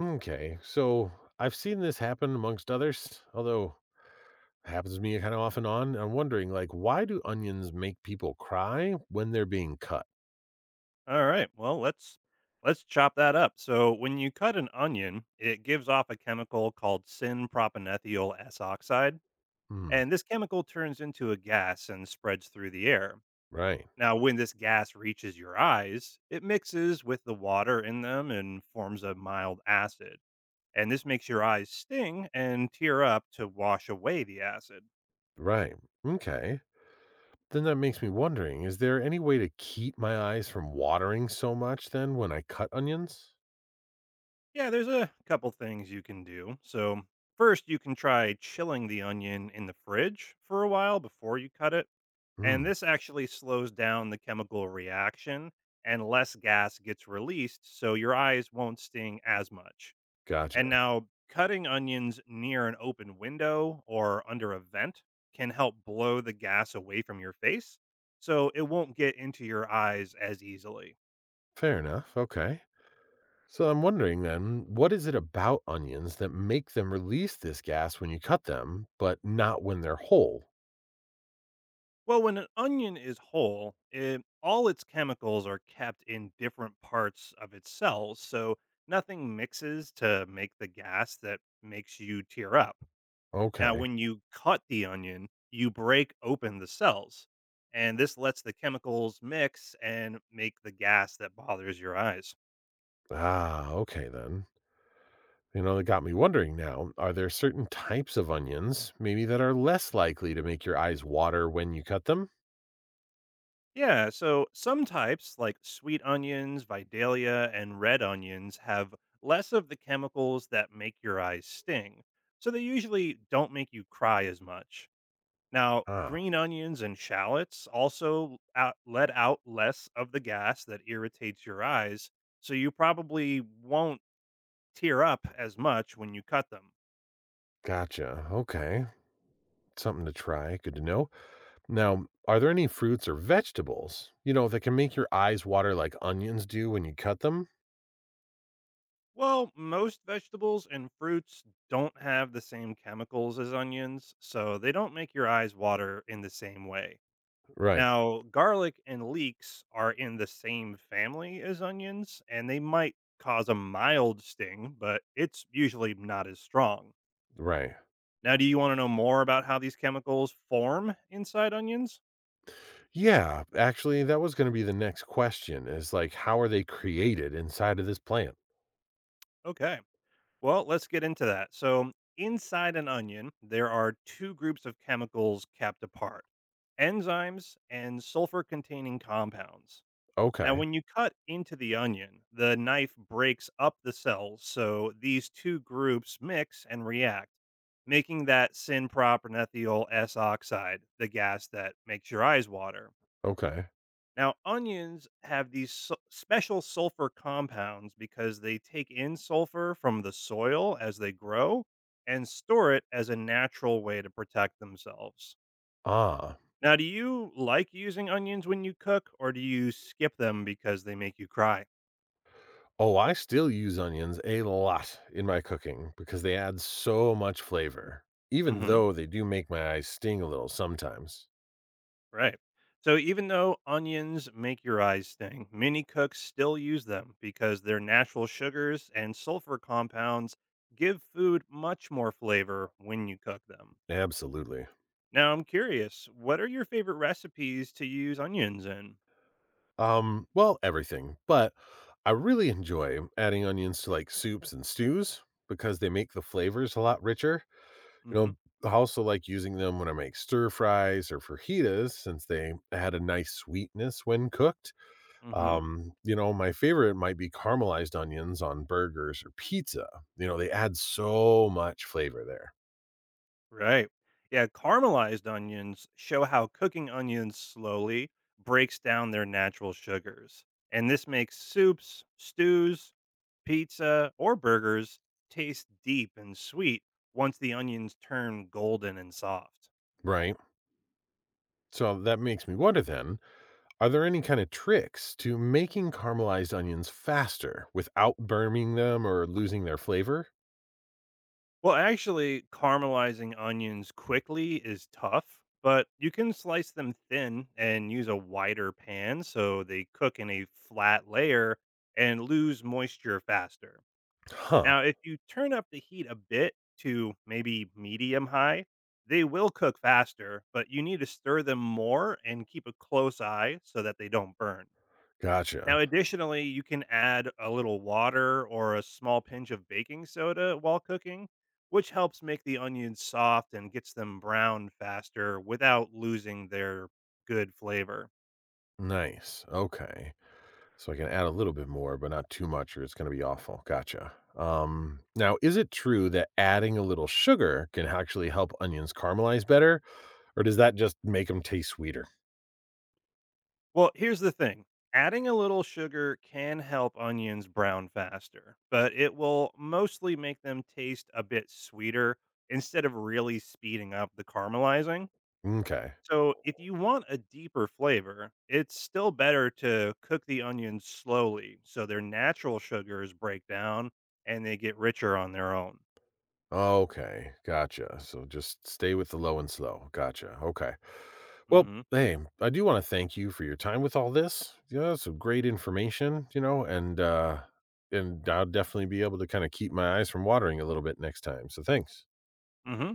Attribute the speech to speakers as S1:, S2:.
S1: Okay, so I've seen this happen amongst others, although it happens to me kind of off and on. I'm wondering, why do onions make people cry when they're being cut?
S2: All right. Well, let's chop that up. So when you cut an onion, it gives off a chemical called syn-propanethyl S oxide,
S1: Hmm.
S2: and this chemical turns into a gas and spreads through the air.
S1: Right.
S2: Now, when this gas reaches your eyes, it mixes with the water in them and forms a mild acid. And this makes your eyes sting and tear up to wash away the acid.
S1: Right. Okay. Then that makes me wondering, is there any way to keep my eyes from watering so much then when I cut onions?
S2: Yeah, there's a couple things you can do. So, first, you can try chilling the onion in the fridge for a while before you cut it. And
S1: Hmm.
S2: this actually slows down the chemical reaction and less gas gets released, so your eyes won't sting as much. And
S1: Gotcha.
S2: now, cutting onions near an open window or under a vent can help blow the gas away from your face, so it won't get into your eyes as easily.
S1: Fair enough. Okay. So I'm wondering then, what is it about onions that make them release this gas when you cut them, but not when they're whole?
S2: Well, when an onion is whole, all its chemicals are kept in different parts of its cells, so nothing mixes to make the gas that makes you tear up. Now,
S1: Okay.
S2: when you cut the onion, you break open the cells, and this lets the chemicals mix and make the gas that bothers your eyes.
S1: Ah, okay then. That got me wondering now, are there certain types of onions maybe that are less likely to make your eyes water when you cut them?
S2: Yeah, so some types, like sweet onions, Vidalia, and red onions, have less of the chemicals that make your eyes sting. So they usually don't make you cry as much. Now,
S1: Ah,
S2: green onions and shallots let out less of the gas that irritates your eyes. So you probably won't tear up as much when you cut them.
S1: gotcha. Okay. Something to try. Good to know. Now, are there any fruits or vegetables, that can make your eyes water like onions do when you cut them?
S2: Well, most vegetables and fruits don't have the same chemicals as onions, so they don't make your eyes water in the same way.
S1: Right.
S2: Now, garlic and leeks are in the same family as onions, and they might cause a mild sting, but it's usually not as strong.
S1: Right.
S2: Now, do you want to know more about how these chemicals form inside onions?
S1: Yeah, actually that was going to be the next question is how are they created inside of this plant?
S2: Okay. Well, let's get into that. So, inside an onion, there are two groups of chemicals kept apart: enzymes and sulfur containing compounds. Now,
S1: Okay.
S2: when you cut into the onion, the knife breaks up the cells, so these two groups mix and react, making that syn propanethyl S oxide, the gas that makes your eyes water.
S1: Okay.
S2: Now, onions have these special sulfur compounds because they take in sulfur from the soil as they grow and store it as a natural way to protect themselves.
S1: Ah,
S2: Now, do you like using onions when you cook, or do you skip them because they make you cry?
S1: oh, I still use onions a lot in my cooking because they add so much flavor, even
S2: Hmm.
S1: though they do make my eyes sting a little sometimes.
S2: Right. So, even though onions make your eyes sting, many cooks still use them because their natural sugars and sulfur compounds give food much more flavor when you cook them.
S1: Absolutely.
S2: Now I'm curious, what are your favorite recipes to use onions in?
S1: Well, everything, but I really enjoy adding onions to soups and stews because they make the flavors a lot richer. You
S2: Hmm.
S1: know, I also like using them when I make stir fries or fajitas since they add a nice sweetness when cooked.
S2: Hmm.
S1: My favorite might be caramelized onions on burgers or pizza. They add so much flavor there,
S2: Right. Yeah, caramelized onions show how cooking onions slowly breaks down their natural sugars. And this makes soups, stews, pizza, or burgers taste deep and sweet once the onions turn golden and soft.
S1: right? So that makes me wonder then, are there any kind of tricks to making caramelized onions faster without burning them or losing their flavor?
S2: Well, actually, caramelizing onions quickly is tough, but you can slice them thin and use a wider pan so they cook in a flat layer and lose moisture faster.
S1: Huh,
S2: Now, if you turn up the heat a bit to maybe medium high, they will cook faster, but you need to stir them more and keep a close eye so that they don't burn.
S1: gotcha.
S2: Now, additionally, you can add a little water or a small pinch of baking soda while cooking, which helps make the onions soft and gets them brown faster without losing their good flavor.
S1: Nice. Okay. So I can add a little bit more, but not too much, or it's going to be awful. Gotcha. Now, is it true that adding a little sugar can actually help onions caramelize better? Or does that just make them taste sweeter?
S2: Well, here's the thing: adding a little sugar can help onions brown faster, but it will mostly make them taste a bit sweeter instead of really speeding up the caramelizing.
S1: Okay.
S2: So, if you want a deeper flavor, it's still better to cook the onions slowly so their natural sugars break down and they get richer on their own.
S1: Okay, gotcha. So just stay with the low and slow. Gotcha, okay. Well,
S2: Hmm.
S1: hey, I do wanna thank you for your time with all this. Yeah, some great information, and I'll definitely be able to kinda keep my eyes from watering a little bit next time, so thanks.
S2: Hmm.